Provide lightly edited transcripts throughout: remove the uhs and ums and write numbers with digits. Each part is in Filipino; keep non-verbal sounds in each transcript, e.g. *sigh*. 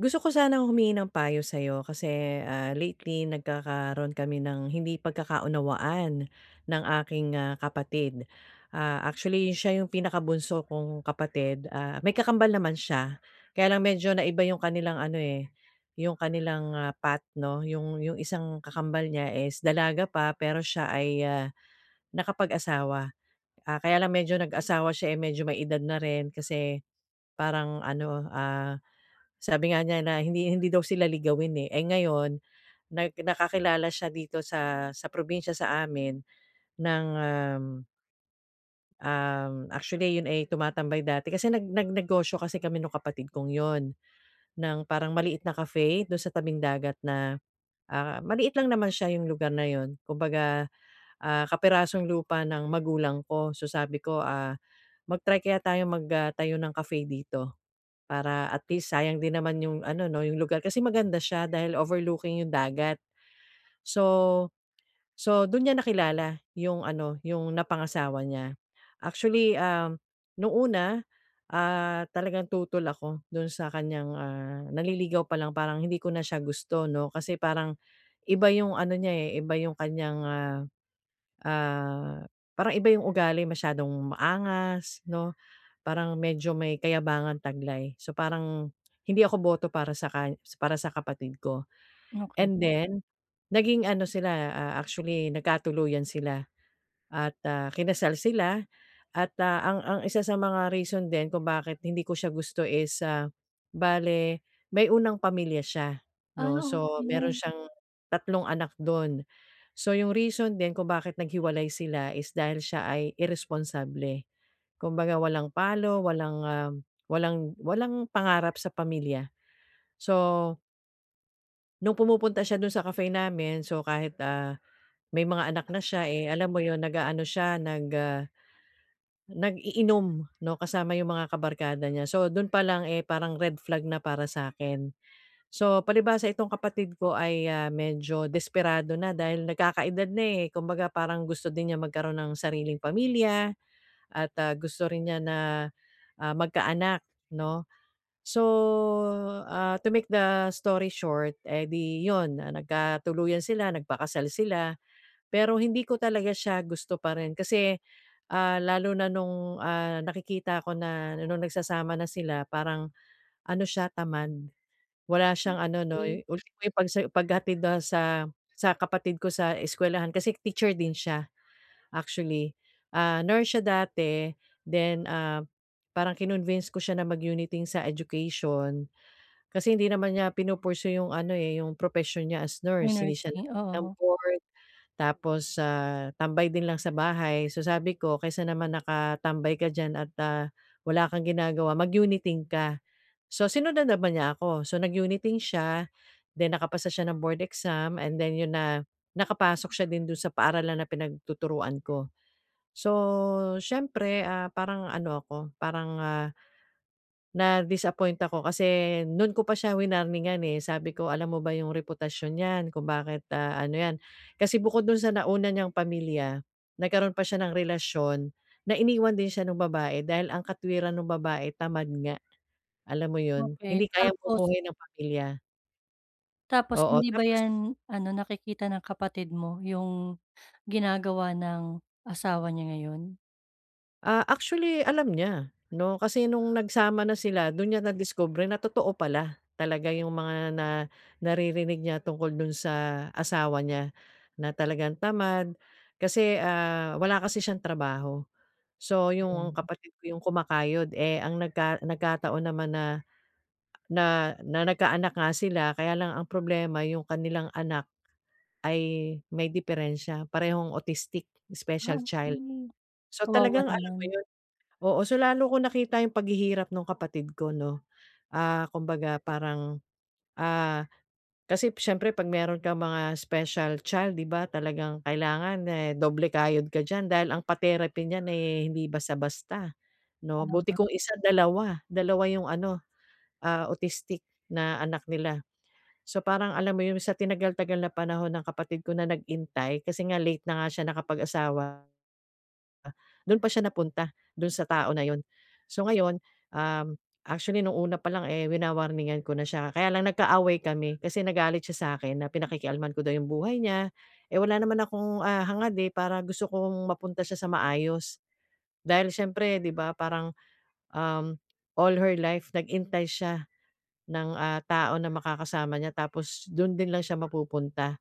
Gusto ko sanang humingi ng payo sa'yo kasi, lately nagkakaroon kami ng hindi pagkakaunawaan ng aking, kapatid. Actually siya yung pinakabunso kong kapatid, may kakambal naman siya, kaya lang medyo naiba yung kanilang ano, eh, yung kanilang, path 'no. Yung isang kakambal niya is dalaga pa pero siya ay, nakapag-asawa. Kaya lang medyo nag-asawa siya, eh, medyo may edad na rin kasi parang ano, sabi nga niya na hindi hindi daw sila ligawin, eh. Eh, ngayon nakakilala siya dito sa probinsya sa amin ng, um, um, actually yun ay tumatambay dati kasi nagnegosyo kasi kami nung kapatid kong yun, ng parang maliit na cafe dun sa tabing dagat na, maliit lang naman siya yung lugar na yun. Kumbaga, kapirasong lupa ng magulang ko. So, sabi ko, mag-try kaya tayong tayo magtayo ng cafe dito. Para at least sayang din naman yung ano 'no, yung lugar kasi maganda siya dahil overlooking yung dagat. So so dun niya nakilala yung ano, yung napangasawa niya. Actually, nung una, talagang tutol ako dun sa kaniyang, naliligaw pa lang parang hindi ko na siya gusto 'no, kasi parang iba yung ano niya, eh, iba yung kaniyang, ah, parang iba yung ugali masyadong maangas 'no. Parang medyo may kayabangan taglay. So, parang hindi ako boto para sa kapatid ko. Okey. And then, naging ano sila, actually nagkatuluyan sila at, kinasal sila at, ang isa sa mga reason din kung bakit hindi ko siya gusto is, bale may unang pamilya siya Ah, 'no. So, meron okey. siyang tatlong anak dun. So, yung reason din kung bakit naghiwalay sila is dahil siya ay irresponsible. Kumbaga walang palo, walang, walang pangarap sa pamilya. So, nung pumupunta siya dun sa cafe namin, so kahit, may mga anak na siya, eh, alam mo yon nag-aano siya, nag-iinom 'no, kasama yung mga kabarkada niya. So, dun pa lang, eh, parang red flag na para sa akin. So, palibhasa itong kapatid ko ay, medyo desperado na dahil nagkakaedad na, eh. Kumbaga parang gusto din niya magkaroon ng sariling pamilya at, gusto rin niya na, magkaanak 'no. So, to make the story short, eh, di yun, na nagkatuluyan sila, nagpakasal sila. Pero hindi ko talaga siya gusto pa rin kasi, lalo na nung, nakikita ko na nung nagsasama na sila parang ano siya, tamad. Wala siyang ano 'no, Okey. Ultimo yung paghatid na sa kapatid ko sa eskuwelahan kasi teacher din siya actually. Nurse siya dati, then, parang kinonvince ko siya na mag-Uniting sa education. Kasi hindi naman niya yung ano, eh, yung profession niya as Yung nurse, hindi siya nursing, ng oo. board. Tapos, tambay din lang sa bahay. So, sabi ko kaysa naman nakatambay ka diyan at, wala kang ginagawa mag-uniting ka. So, sinundan naman niya ako. So, nag-uniting siya, then nakapasa siya ng board exam and then yun na, nakapasok siya din dun sa paaralan na pinagtuturuan ko. So, siyempre, parang ano ako, parang na-disappoint ako kasi no'n ko pa siya winarningan, eh, sabi ko, "Alam mo ba yung reputasyon niyan kung bakit, ano 'yan." Kasi bukod do'n sa nauna niyang pamilya, nagkaroon pa siya ng relasyon na iniwan din siya nung babae dahil ang katwiran ng babae tamad nga, alam mo 'yun, Okey, hindi kayang tapos bumuhay ng pamilya, tapos oo. hindi ba Tapos 'yan ano, nakikita ng kapatid mo yung ginagawa ng asawa niya ngayon? Actually alam niya 'no, kasi nung nagsama na sila dun niya nadiskubre na totoo pala talaga yung mga naririnig niya tungkol dun sa asawa niya na talagang tamad. Kasi, wala kasi siyang trabaho. So yung Hmm. kapatid ko yung kumakayod, eh, ang nagkataon naman na na na nagkaanak nga sila kaya lang ang problema yung kanilang anak ay may diferensya parehong autistic, Ah, special child. okey. So Kawawa talagang alam naman, mo Oo, so lalo ko nakita yung paghihirap nung kapatid ko 'no. Kumbaga parang, ah, kasi siyempre 'pag meron ka mga special child 'di ba talagang kailangan, eh, doble kayod ka diyan dahil ang pa-therapy niyan, eh, hindi basta-basta 'no. Buti tama, kung isa, dalawa yung ano, autistic na anak nila. So parang alam mo yun sa tinagal-tagal na panahon ng kapatid ko na nag-intay kasi nga late na nga siya nakapag-asawa. Do'n pa siya napunta, do'n sa tao na 'yun. So ngayon, actually nung una pa lang, eh, ko na siya kaya lang nagkaaway kami kasi nagalit siya sa akin na pinakikialman ko daw yung buhay niya. Eh, wala naman akong, hangad, eh, para gusto kong mapunta siya sa maayos. Dahil siyempre 'di ba parang, um, all her life nag-hintay siya ng, tao na makakasama niya tapos do'n din lang siya mapupunta.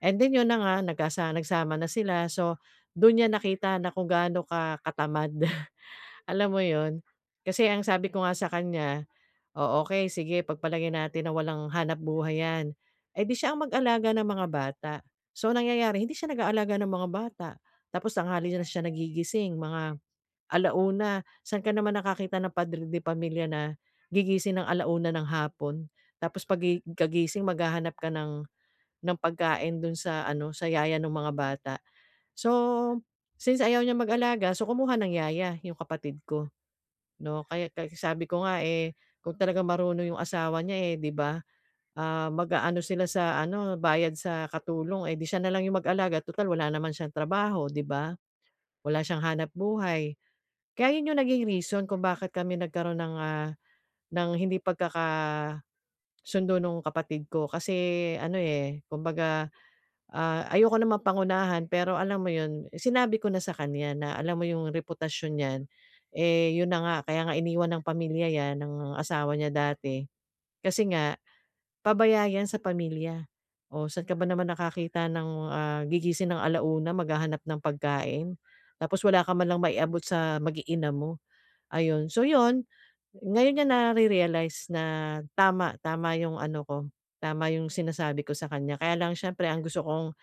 And then 'yun na nga nagsama na sila so do'n niya nakita na kung gaano ka katamad. Alam mo 'yun? Kasi ang sabi ko nga sa kanya, "O, okay sige pagpalagay natin na walang hanap buhay 'yan." Eh, di siya ang mag-alaga ng mga bata. So, ang nangyayari hindi siya nag-aalaga ng mga bata, tapos tanghali na siya nagigising, mga alauna. Saan ka naman nakakita ng padre de pamilya na gigising ng alauna ng hapon, tapos kagising maghahanap ka ng pagkain dun sa ano, sa yaya ng mga bata. So, since ayaw niya mag-alaga, so kumuha ng yaya, yung kapatid ko. 'No, kaya kaya sabi ko nga, eh, kung talagang marunong yung asawa niya, eh, 'di ba, mag-aano sila sa ano, bayad sa katulong, eh, 'di siya na lang yung mag-alaga tutal wala naman siyang trabaho, 'di ba? Wala siyang hanap buhay. Kaya yun yung naging reason kung bakit kami nagkaroon ng, ng hindi pagkakasundo nung kapatid ko kasi ano, eh, kumbaga ayoko naman pangunahan pero alam mo 'yun, sinabi ko na sa kanya na alam mo yung reputasyon niyan, eh, 'yun na nga kaya nga iniwan ng pamilya 'yan ng asawa niya dati. Kasi nga pabaya 'yan sa pamilya. O saan ka ba naman nakakita ng, gigising ng alauna maghahanap ng pagkain, tapos wala ka man lang maiabot sa mag-iina mo, ayun. So 'yun, ngayon niya nare-realize na tama, tama yung ano ko, tama yung sinasabi ko sa kanya. Kaya lang siyempre ang gusto kong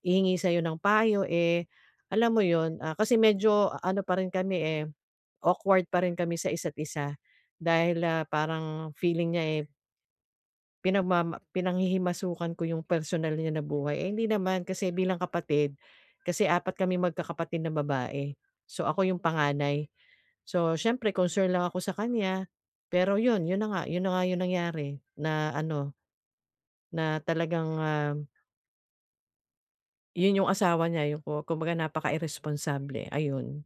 hihingi sa'yo ng payo, eh, alam mo 'yun, kasi medyo ano pa rin kami, eh, awkward pa rin kami sa isa't isa. Dahil, parang feeling niya, eh, pinanghihimasukan ko yung personal niya na buhay. Eh, hindi naman kasi bilang kapatid, kasi apat kami magkakapatid na babae. So, ako yung panganay. So, siyempre concern lang ako sa kanya, pero 'yun, 'yun na nga yung nangyari na ano, na talagang, 'yun yung asawa niya yung kumbaga napaka-iresponsable, ayun.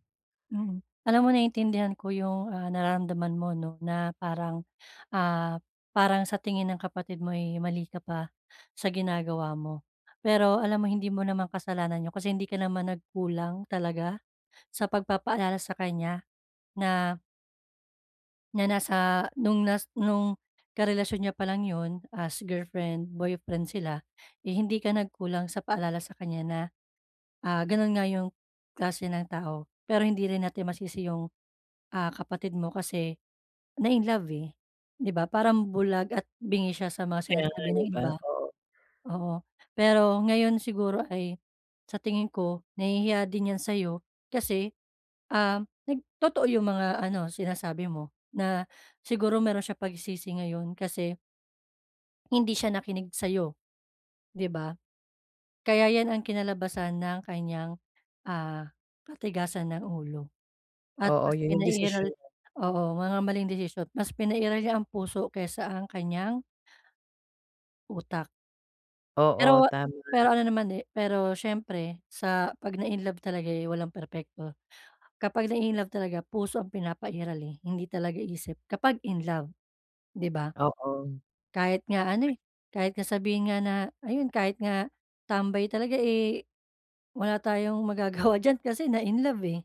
mm. Alam mo, naiintindihan ko yung, nararamdaman mo 'no, na parang, ah, parang sa tingin ng kapatid mo, eh, mali ka pa sa ginagawa mo. Pero alam mo, hindi mo naman kasalanan 'yun kasi hindi ka naman nagkulang talaga sa pagpapaalala sa kanya na na nasa nung nas nung karelasyon niya pa lang, yun as girlfriend, boyfriend sila, eh, hindi ka nagkulang sa paalala sa kanya na, ganun nga yung klase ng tao. Pero hindi rin natin masisi yung, kapatid mo kasi na-in-love, eh, 'di ba? Parang bulag at bingi siya sa mga Kaya nga sinasabi 'di ng ba, iba, oo. oo. Pero ngayon siguro ay sa tingin ko nahihiya din yan sa'yo kasi, totoo yung mga ano sinasabi mo, na siguro meron siya pagsisisi ngayon kasi hindi siya nakinig sa'yo, 'di ba? Kaya 'yan ang kinalabasan ng kanyang, ah, katigasan ng ulo at Oo, mas yun yung pinairal, desisyon niya. oo, mga maling desisyon. Mas pinairal niya ang puso kaysa ang kanyang utak. Oo, Pero tama, pero ano naman, eh, pero siyempre sa 'pag na-inlove talaga, eh, walang perpekto. Kapag na-inlove talaga puso ang pinapairal, eh, hindi talaga isip kapag in love, 'di ba? oo, Kahit nga ano, eh, kahit nga sabihin nga na ayun, kahit nga tambay talaga, eh, wala tayong *laughs* magagawa diyan kasi na-inlove, eh,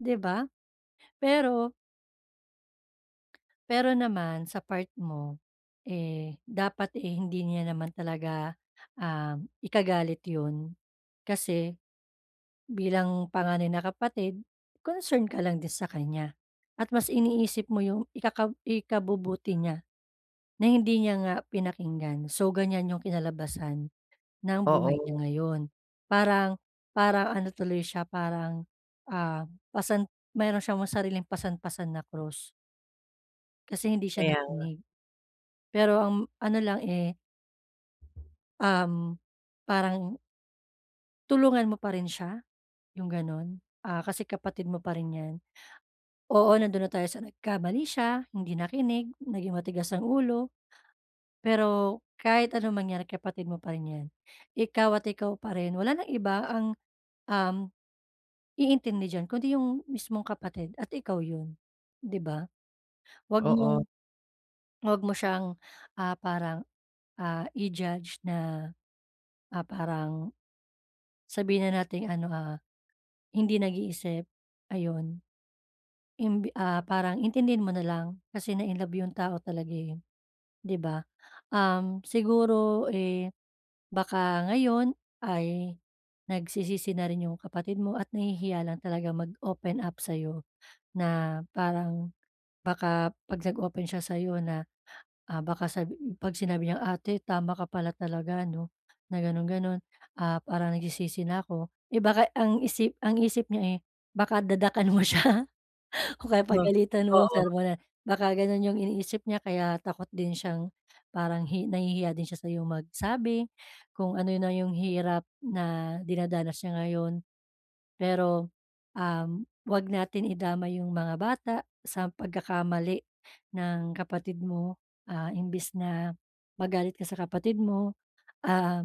'di ba? Pero pero naman sa part mo, eh, dapat, eh, hindi niya naman talaga, ikagalit 'yun kasi bilang panganay na kapatid, concern ka lang din sa kanya at mas iniisip mo yung ikabubuti niya na hindi niya nga pinakinggan. So, ganiyan yung kinalabasan ng buhay niya oo, ngayon. Parang parang ano tuloy siya, parang, ah, meron siyang sariling pasan-pasan na krus, kasi hindi siya kaya nakinig. Pero ang ano lang, eh, um, parang tulungan mo pa rin siya, yung gano'n. Ah, kasi kapatid mo pa rin 'yan. Oo, nando'n na tayo sa nagkamali siya, hindi nakinig, naging matigas ang ulo, pero kahit ano mangyari kapatid mo pa rin 'yan. Ikaw at ikaw pa rin, wala ng iba ang, um iintindi diyan kundi yung mismong kapatid at ikaw yun, 'di ba? Huwag oo, mong huwag mo siyang, parang, i-judge na, parang sabihin na nating ano, hindi nag-iisip, ayun. Parang intindihin mo na lang kasi na-inlove yung tao talaga, eh, 'di ba? Siguro, eh, baka ngayon ay nagsisisi na rin yung kapatid mo at nahihiya lang talaga mag-open up sa'yo, na parang, baka 'pag nag-open siya sa'yo na, ah, baka sabi, 'pag sinabi niyang, "Ate, tama ka pala talaga 'no," na gano'n, gano'n, ah, "Parang nagsisisi na ako." Eh, baka ang isip niya, eh, baka dadakan mo siya *laughs* o kaya ba pagalitan mo, oo. sermonan. Baka gano'n 'yung iniisip niya kaya takot din siyang parang, nahihiya din siya sa'yong magsabi kung ano na 'yung hirap na dinadanas niya ngayon. Pero, 'wag natin idama yung mga bata sa pagkakamali ng kapatid mo. Ah, imbis na magalit ka sa kapatid mo, ah,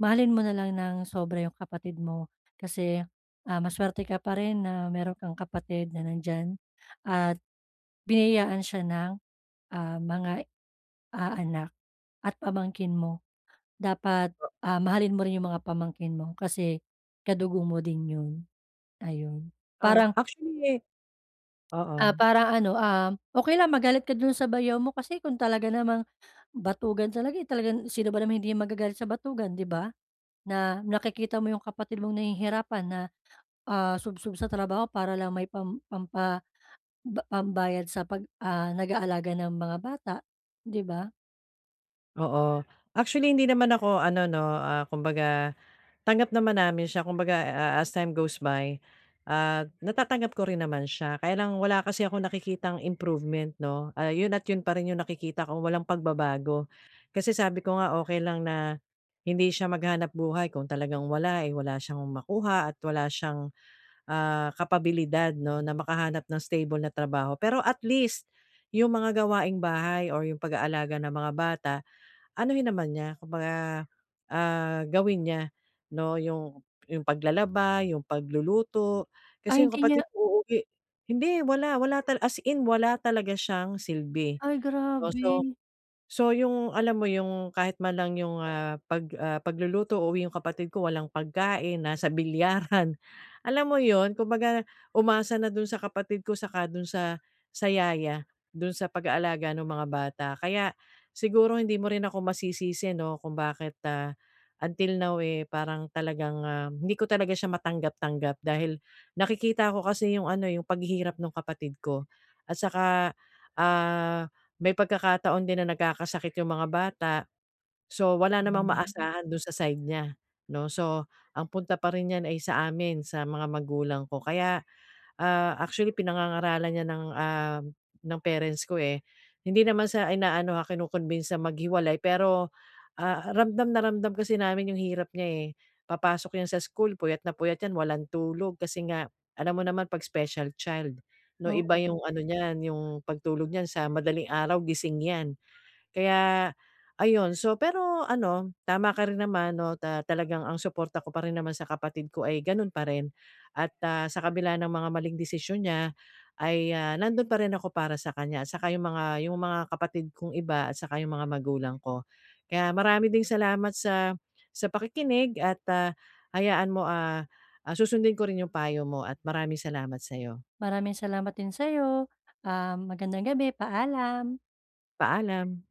mahalin mo na lang ng sobra yung kapatid mo kasi, masuwerte ka pa rin na meron kang kapatid na nandiyan at biniyayaan siya ng, mga, anak at pamangkin mo. Dapat, mahalin mo rin yung mga pamangkin mo kasi kadugo mo din yun, ayun. Parang Actually Ah, oo, parang ano, okay lang magalit ka dun sa bayaw mo kasi kung talaga namang batugan talaga, eh, talagang sino ba naman hindi magagalit sa batugan, 'di ba? Na nakikita mo yung kapatid mong nahihirapan na, ah, sa trabaho para lang may pam pampa ba pambayad sa nag-aalaga ng mga bata, 'di ba? oo. Actually hindi naman ako ano 'no, kumbaga tanggap naman namin siya kumbaga, as time goes by, natatanggap ko rin naman siya kaya lang wala kasi ako nakikitang improvement 'no, yun at yun pa rin yung nakikita ko walang pagbabago. Kasi sabi ko nga okay lang na hindi siya maghanap buhay kung talagang wala, eh, wala siyang makuha at wala siyang, kapabilidad 'no na makahanap ng stable na trabaho. Pero at least yung mga gawaing bahay or yung pag-aalaga ng mga bata anuhin naman niya kumbaga, gawin niya 'no, yung paglalaba, yung pagluluto. Ay Kasi yung hindi niya kapatid ko uuwi hindi wala, wala tal as in wala talaga siyang silbi. Ay 'No, grabe. so yung alam mo yung kahit man lang yung, pagluluto o yung kapatid ko walang pagkain, nasa bilyaran, *laughs* alam mo yun kumbaga umasa na dun sa kapatid ko saka dun sa yaya, dun sa pag-aalaga ng mga bata. Kaya siguro hindi mo rin ako masisisi 'no kung bakit, until now, eh, parang talagang, hindi ko talaga siya matanggap-tanggap dahil nakikita ko kasi yung ano, yung paghihirap ng kapatid ko at saka, ah may pagkakataon din na nagkakasakit yung mga bata. So, wala namang Mm. maasahan dun sa side niya, 'no. So, ang punta pa rin niyan ay sa amin, sa mga magulang ko. Kaya actually pinangangaralan niya ng, ng parents ko, eh. Hindi naman sa inaano, ha, kino-convince na maghiwalay pero, ramdam na ramdam kasi namin yung hirap niya, eh. Papasok yan sa school puyat na puyat yan, walang tulog kasi nga alam mo naman 'pag special child 'no, iba Oo, yung ano niyan, yung pagtulog niyan sa madaling araw gising yan. Kaya ayun, so pero ano, tama ka rin naman 'no, talagang ang suporta ko pa rin naman sa kapatid ko ay gano'n pa rin at, sa kabila ng mga maling desisyon niya ay, nando'n pa rin ako para sa kanya at saka yung mga kapatid kong iba at saka yung mga magulang ko. Kaya marami ding salamat sa pakikinig at, hayaan mo, susundin ko rin yung payo mo at maraming salamat sa'yo. maraming salamat din sa'yo. Magandang gabi, paalam. Paalam.